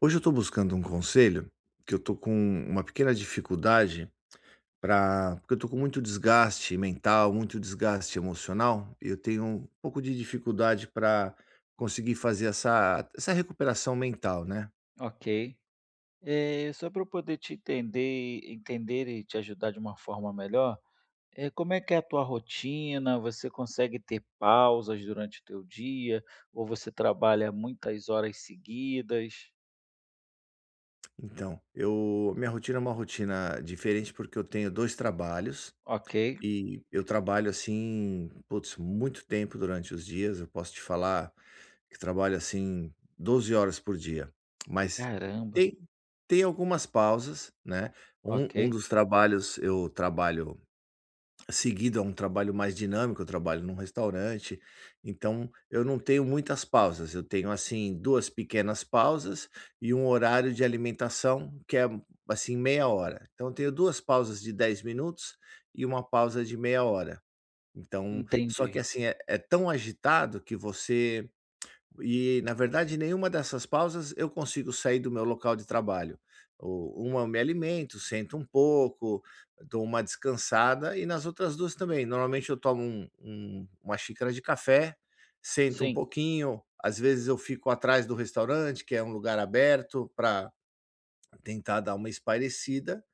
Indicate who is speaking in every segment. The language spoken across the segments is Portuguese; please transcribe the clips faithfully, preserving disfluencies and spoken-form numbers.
Speaker 1: Hoje eu estou buscando um conselho, que eu estou com uma pequena dificuldade para, porque eu estou com muito desgaste mental, muito desgaste emocional, e eu tenho um pouco de dificuldade para conseguir fazer essa essa recuperação mental, né.
Speaker 2: Ok. Eh, só para eu poder te entender, entender e te ajudar de uma forma melhor, eh, como é que é a tua rotina? Você consegue ter pausas durante o teu dia? Ou você trabalha muitas horas seguidas?
Speaker 1: Então, eu minha rotina é uma rotina diferente, porque eu tenho dois trabalhos.
Speaker 2: Ok.
Speaker 1: E eu trabalho assim, putz, muito tempo durante os dias. Eu posso te falar que trabalho assim doze horas por dia, mas
Speaker 2: Caramba.
Speaker 1: tem tem algumas pausas, né. Um um
Speaker 2: Ok.
Speaker 1: dos trabalhos eu trabalho. Seguido a um trabalho mais dinâmico, eu trabalho num restaurante, então eu não tenho muitas pausas, eu tenho assim duas pequenas pausas e um horário de alimentação que é assim meia hora. Então eu tenho duas pausas de dez minutos e uma pausa de meia hora. Então, só que
Speaker 2: Entendi.
Speaker 1: assim é é tão agitado que você, e, na verdade, nenhuma dessas pausas eu consigo sair do meu local de trabalho. O- Uma eu me alimento, sento um pouco, dou uma descansada, e nas outras duas também. Normalmente eu tomo um- um- uma xícara de café, sento um
Speaker 2: Sim,
Speaker 1: pouquinho, às vezes eu fico atrás do restaurante, que é um lugar aberto, para tentar dar uma espairecida.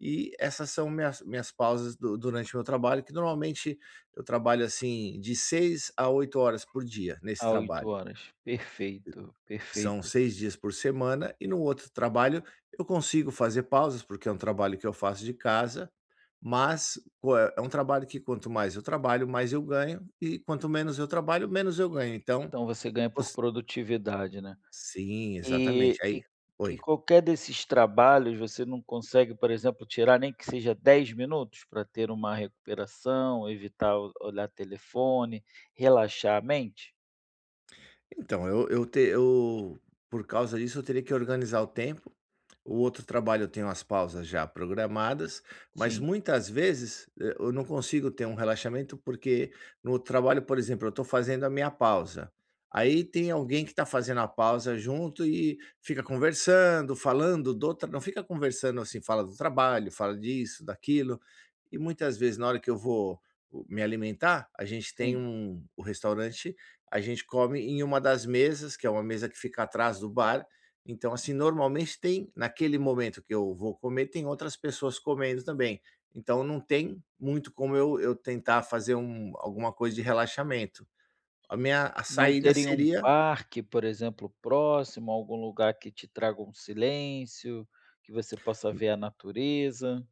Speaker 1: E essas são minhas, minhas pausas du- durante o meu trabalho, que normalmente eu trabalho assim de seis a oito horas por dia nesse
Speaker 2: há oito
Speaker 1: trabalho.
Speaker 2: horas. Perfeito,
Speaker 1: São
Speaker 2: perfeito.
Speaker 1: seis dias por semana e no outro trabalho eu consigo fazer pausas, porque é um trabalho que eu faço de casa, mas co é é um trabalho que quanto mais eu trabalho, mais eu ganho e quanto menos eu trabalho, menos eu ganho. Então,
Speaker 2: Então você ganha
Speaker 1: voc
Speaker 2: por produtividade, né?
Speaker 1: sim, exatamente.
Speaker 2: E
Speaker 1: Aí
Speaker 2: e e
Speaker 1: oi.
Speaker 2: qualquer desses trabalhos, você não consegue, por exemplo, tirar nem que seja dez minutos para ter uma recuperação, evitar o olhar telefone, relaxar a mente?
Speaker 1: Então, eu eu te eu por causa disso, eu teria que organizar o tempo. O outro trabalho eu tenho as pausas já programadas, mas
Speaker 2: Sim.
Speaker 1: muitas vezes, eh, eu não consigo ter um relaxamento, porque no trabalho, por exemplo, eu estou fazendo a minha pausa, aí tem alguém que está fazendo a pausa junto e fica conversando, falando do tra não fica conversando assim, fala do trabalho, fala disso, daquilo. E muitas vezes, na hora que eu vou uh, me alimentar, a gente tem
Speaker 2: Sim.
Speaker 1: um o restaurante, a gente come em uma das mesas, que é uma mesa que fica atrás do bar, então, assim, normalmente tem naquele momento que eu vou comer, tem outras pessoas comendo também. Então não tem muito como eu eu tentar fazer um alguma coisa de relaxamento. A minha a
Speaker 2: Não
Speaker 1: saída
Speaker 2: terem um
Speaker 1: seria,
Speaker 2: parque, por exemplo, próximo, algum lugar que te traga um silêncio, que você possa ver a natureza?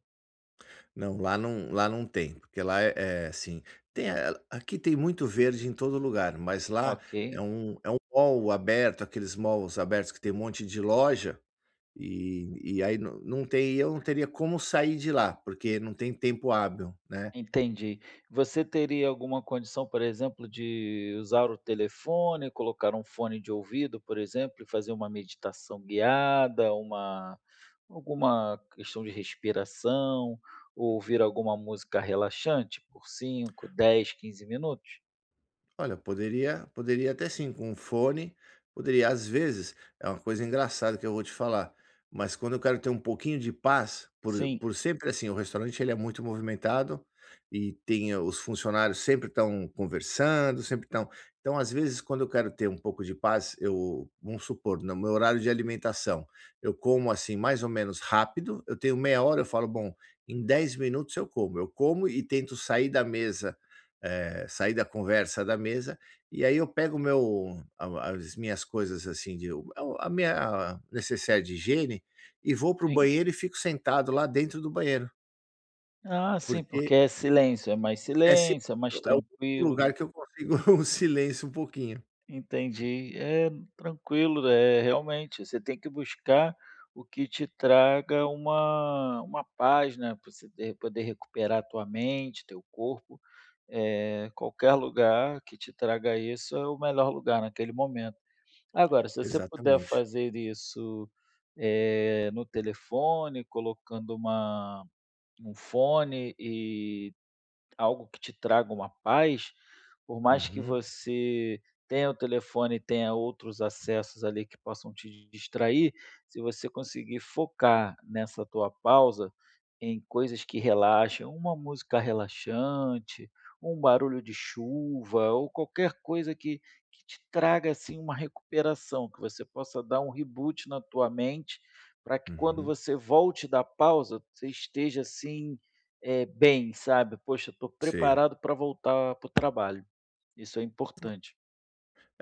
Speaker 1: não, lá não lá não tem, porque lá é, é assim, tem a aqui tem muito verde em todo lugar, mas lá
Speaker 2: Ok.
Speaker 1: é um é um mall aberto, aqueles malls abertos que tem um monte de loja. E e aí não não tem, eu não teria como sair de lá, porque não tem tempo hábil, né.
Speaker 2: Entendi. Você teria alguma condição, por exemplo, de usar o telefone, colocar um fone de ouvido, por exemplo, e fazer uma meditação guiada, uma alguma questão de respiração, ou ouvir alguma música relaxante por cinco, dez, quinze minutos?
Speaker 1: Olha, poderia poderia até sim, com um fone, poderia às vezes, é uma coisa engraçada que eu vou te falar, mas quando eu quero ter um pouquinho de paz, por
Speaker 2: Sim.
Speaker 1: por sempre assim, o restaurante ele é muito movimentado, e tem eh, os funcionários sempre estão conversando, sempre estão. Então às vezes quando eu quero ter um pouco de paz, eu, vamos supor, no meu horário de alimentação, eu como assim mais ou menos rápido, eu tenho meia hora, eu falo: "Bom, em dez minutos eu como". Eu como e tento sair da mesa, eh, sair da conversa da mesa, e aí eu pego o meu a as minhas coisas, assim, de a minha necessaire de higiene e vou para o
Speaker 2: Sim.
Speaker 1: banheiro e fico sentado lá dentro do banheiro,
Speaker 2: Ah, sim, porque
Speaker 1: porque
Speaker 2: é silêncio, é mais
Speaker 1: é si
Speaker 2: silêncio, é mais
Speaker 1: é o único
Speaker 2: tranquilo.
Speaker 1: lugar que eu consigo um silêncio um pouquinho.
Speaker 2: Entendi. É, tranquilo, é realmente, você tem que buscar o que te traga uma uma paz, né, para você de poder recuperar a tua mente, teu corpo. É, qualquer lugar que te traga isso é o melhor lugar naquele momento. Agora, se você puder
Speaker 1: Exatamente.
Speaker 2: fazer isso, eh, no telefone, colocando uma um fone e algo que te traga uma paz, por mais que
Speaker 1: Uhum,
Speaker 2: você tenha o telefone e tenha outros acessos ali que possam te distrair, se você conseguir focar nessa tua pausa em coisas que relaxam, uma música relaxante, um barulho de chuva ou qualquer coisa que, que te traga assim uma recuperação, que você possa dar um reboot na tua mente, para que quando
Speaker 1: uhum.
Speaker 2: você volte da pausa, você esteja assim é bem, sabe, "Poxa, estou
Speaker 1: Sei.
Speaker 2: preparado para voltar para o trabalho", isso é importante.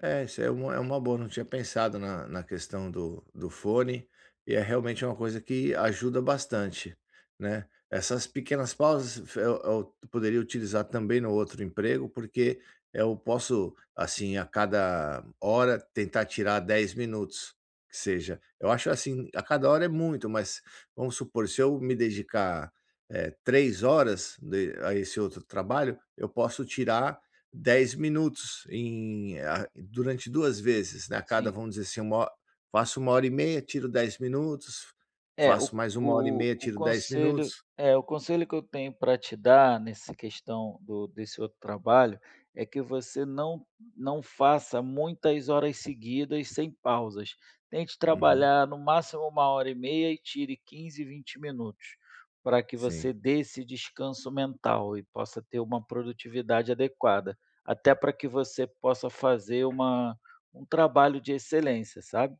Speaker 1: É, isso é uma é uma boa, não tinha pensado na na questão do do fone, e é realmente uma coisa que ajuda bastante, né. Essas pequenas pausas eu eu poderia utilizar também no outro emprego, porque eu posso, assim, a cada hora tentar tirar dez minutos, que seja. Eu acho assim, a cada hora é muito, mas vamos supor, se eu me dedicar, eh, 3 horas de a esse outro trabalho, eu posso tirar dez minutos em a durante duas vezes, né, a cada,
Speaker 2: Sim.
Speaker 1: vamos dizer assim, uma ho, faço uma hora e meia, tiro dez minutos,
Speaker 2: É, o
Speaker 1: faço mais uma hora e
Speaker 2: o
Speaker 1: meia,
Speaker 2: o
Speaker 1: tiro dez
Speaker 2: conselho
Speaker 1: minutos.
Speaker 2: é, o conselho que eu tenho para te dar nessa questão do desse outro trabalho, é que você não não faça muitas horas seguidas sem pausas. Tente
Speaker 1: Uhum,
Speaker 2: trabalhar no máximo uma hora e meia e tire quinze, vinte minutos, para que
Speaker 1: sim.
Speaker 2: você dê esse descanso mental e possa ter uma produtividade adequada, até para que você possa fazer uma um trabalho de excelência, sabe?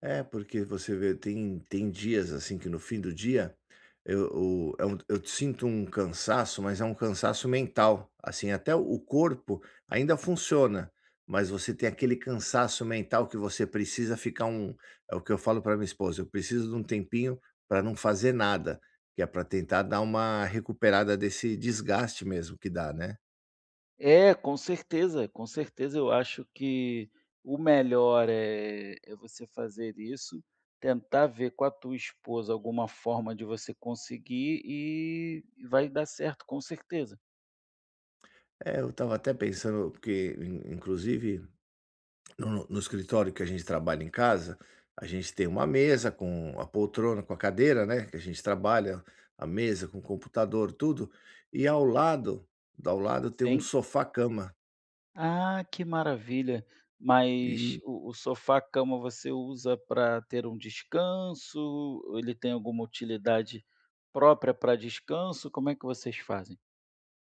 Speaker 1: É, porque você vê, tem tem dias, assim, que no fim do dia eu o é um eu sinto um cansaço, mas é um cansaço mental, assim, até o o corpo ainda funciona, mas você tem aquele cansaço mental que você precisa ficar um, é o que eu falo para minha esposa: "Eu preciso de um tempinho para não fazer nada", que é para tentar dar uma recuperada desse desgaste mesmo que dá, né.
Speaker 2: É, com certeza, com certeza. Eu acho que o melhor é é você fazer isso, tentar ver com a tua esposa alguma forma de você conseguir e vai dar certo, com certeza.
Speaker 1: É, eu estava até pensando, porque in inclusive. No no escritório que a gente trabalha em casa, a gente tem uma mesa com a poltrona, com a cadeira, né, que a gente trabalha, a mesa com o computador, tudo, e ao lado do ao lado tem um
Speaker 2: Sim.
Speaker 1: sofá-cama.
Speaker 2: Ah, que maravilha. Mas o o sofá-cama você usa para ter um descanso? Ou ele tem alguma utilidade própria para descanso? Como é que vocês fazem?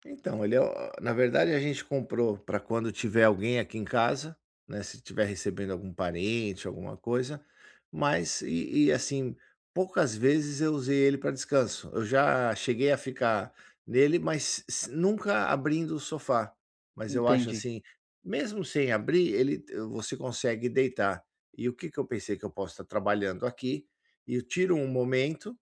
Speaker 1: Então, ele é o, na verdade a gente comprou para quando tiver alguém aqui em casa, né, se tiver recebendo algum parente, alguma coisa, mas, e e assim, poucas vezes eu usei ele para descanso. Eu já cheguei a ficar nele, mas s nunca abrindo o sofá. Mas eu acho
Speaker 2: Entendi.
Speaker 1: assim, mesmo sem abrir, ele você consegue deitar. E o que que eu pensei? Que eu posso estar trabalhando aqui, e eu tiro um momento,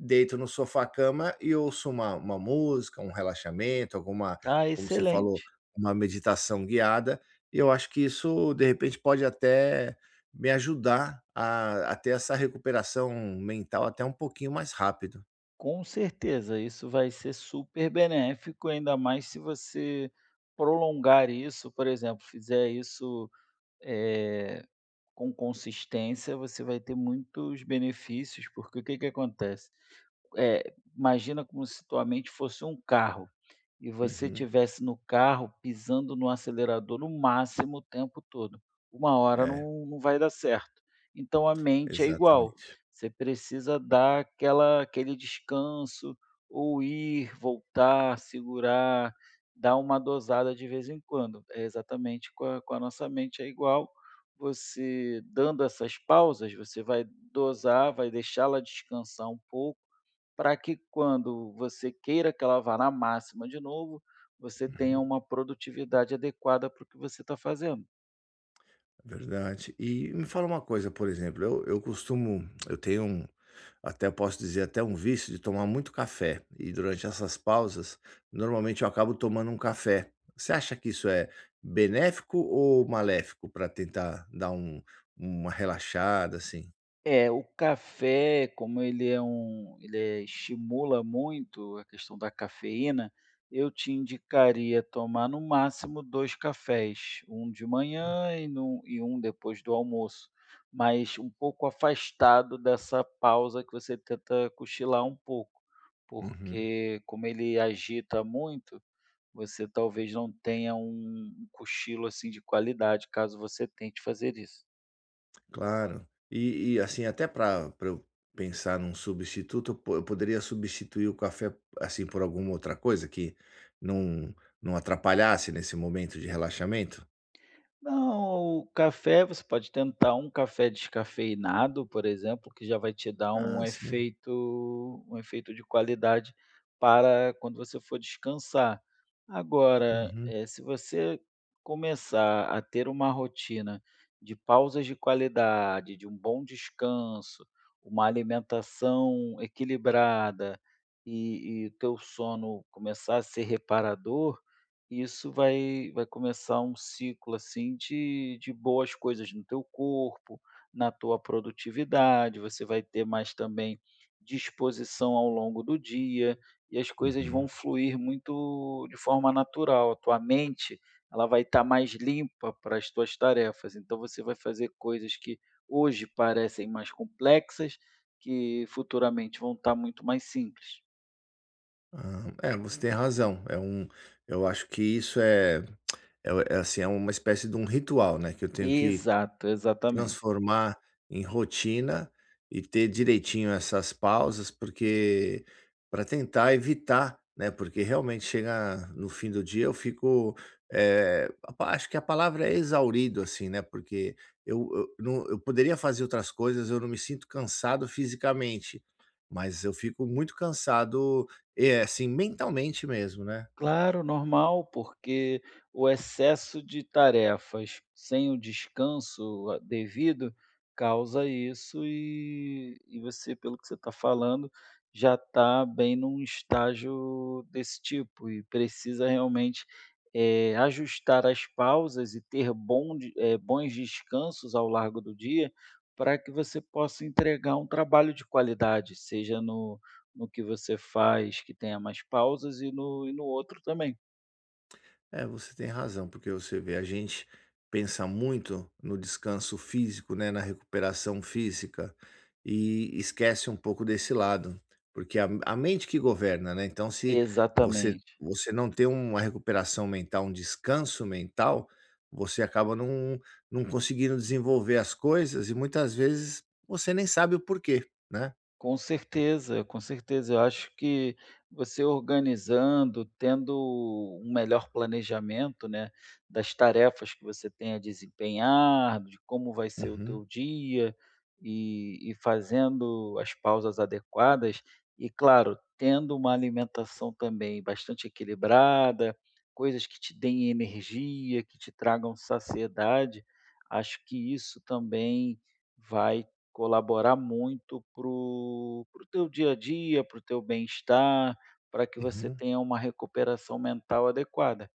Speaker 1: deito no sofá-cama e ouço uma uma música, um relaxamento, alguma,
Speaker 2: Tá
Speaker 1: como você falou,
Speaker 2: excelente.
Speaker 1: uma meditação guiada, e eu acho que isso, de repente, pode até me ajudar a a ter essa recuperação mental até um pouquinho mais rápido.
Speaker 2: Com certeza, isso vai ser super benéfico, ainda mais se você prolongar isso, por exemplo, fizer isso eh, com consistência você vai ter muitos benefícios, porque o que que acontece? Eh, imagina como se tua mente fosse um carro, e você
Speaker 1: Uhum.
Speaker 2: tivesse no carro pisando no acelerador no máximo o tempo todo. Uma hora
Speaker 1: É,
Speaker 2: não não vai dar certo. Então a mente é igual,
Speaker 1: exatamente.
Speaker 2: você precisa dar aquela aquele descanso, ou ir, voltar, segurar. Dá uma dosada de vez em quando. É exatamente com a com a nossa mente é igual, você dando essas pausas, você vai dosar, vai deixá-la descansar um pouco, para que quando você queira que ela vá na máxima de novo, você tenha
Speaker 1: Uhum.
Speaker 2: uma produtividade adequada para o que você está fazendo.
Speaker 1: Verdade. E me fala uma coisa, por exemplo, eu eu costumo eu tenho um, até posso dizer, até um vício de tomar muito café. E durante essas pausas, normalmente eu acabo tomando um café. Você acha que isso é benéfico ou maléfico para tentar dar um, uma relaxada, assim?
Speaker 2: É, o café, como ele é um ele é estimula muito a questão da cafeína, eu te indicaria tomar no máximo dois cafés, um de manhã e num e um depois do almoço, mas um pouco afastado dessa pausa que você tenta cochilar um pouco,
Speaker 1: Uhum,
Speaker 2: porque como ele agita muito, você talvez não tenha um um cochilo, assim, de qualidade, caso você tente fazer isso.
Speaker 1: claro. E, e, assim, até para eu pensar num substituto, eu po- eu poderia substituir o café assim por alguma outra coisa que não, não atrapalhasse nesse momento de relaxamento?
Speaker 2: Não, o café você pode tentar um café descafeinado, por exemplo, que já vai te dar um
Speaker 1: Ah, sim.
Speaker 2: efeito um efeito de qualidade para quando você for descansar. Agora,
Speaker 1: Uhum,
Speaker 2: eh, se você começar a ter uma rotina de pausas de qualidade, de um bom descanso, uma alimentação equilibrada e e o teu sono começar a ser reparador, isso vai vai começar um ciclo, assim, de de boas coisas no teu corpo, na tua produtividade, você vai ter mais também disposição ao longo do dia, e as coisas
Speaker 1: uhum.
Speaker 2: vão fluir muito de forma natural. A tua mente, ela vai estar mais limpa para as tuas tarefas, então você vai fazer coisas que hoje parecem mais complexas, que futuramente vão estar muito mais simples.
Speaker 1: Ah, é, você tem razão. É um eu acho que isso é, é, é, assim, é uma espécie de um ritual, né, que eu tenho que
Speaker 2: Exato, exatamente.
Speaker 1: transformar em rotina e ter direitinho essas pausas, porque, para tentar evitar, né, porque realmente chega no fim do dia eu fico, eh, a pa acho que a palavra é exaurido, assim, né, porque eu eu não, eu poderia fazer outras coisas, eu não me sinto cansado fisicamente, mas eu fico muito cansado, eh, assim, mentalmente mesmo, né.
Speaker 2: Claro, normal, porque o excesso de tarefas sem o descanso a devido causa isso e e você, pelo que você está falando, já está bem num estágio desse tipo e precisa realmente, eh, ajustar as pausas e ter bom de eh, bons descansos ao largo do dia, para que você possa entregar um trabalho de qualidade, seja no no que você faz que tenha mais pausas e no e no outro também.
Speaker 1: É, você tem razão, porque você vê, a gente pensa muito no descanso físico, né, na recuperação física e esquece um pouco desse lado, porque a, a mente que governa, né? Então, se você,
Speaker 2: Exatamente.
Speaker 1: você não tem uma recuperação mental, um descanso mental, você acaba não, não conseguindo desenvolver as coisas e muitas vezes você nem sabe o porquê, né?
Speaker 2: Com certeza, com certeza. Eu acho que você organizando, tendo um melhor planejamento, né, das tarefas que você tem a desempenhar, de como vai ser o
Speaker 1: Uhum,
Speaker 2: teu dia e, e fazendo as pausas adequadas e, claro, tendo uma alimentação também bastante equilibrada, coisas que te deem energia, que te tragam saciedade, acho que isso também vai colaborar muito para o teu dia a dia, para o teu bem-estar, para que você
Speaker 1: uhum.
Speaker 2: tenha uma recuperação mental adequada.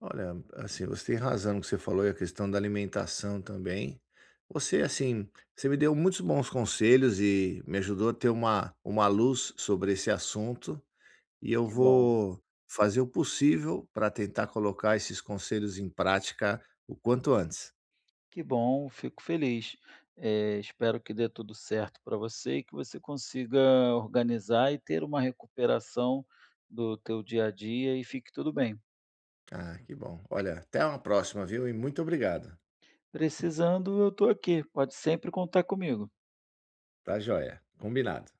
Speaker 1: Olha, assim, você tem razão no que você falou e a questão da alimentação também. Você, assim, você me deu muitos bons conselhos e me ajudou a ter uma, uma luz sobre esse assunto. E eu
Speaker 2: Que bom,
Speaker 1: vou fazer o possível para tentar colocar esses conselhos em prática o quanto antes.
Speaker 2: que bom, fico feliz. Eh, espero que dê tudo certo para você e que você consiga organizar e ter uma recuperação do teu dia a dia e fique tudo bem.
Speaker 1: Ah, que bom. Olha, até uma próxima, viu? E muito obrigado.
Speaker 2: Precisando, eu estou aqui, pode sempre contar comigo.
Speaker 1: Tá joia. Combinado.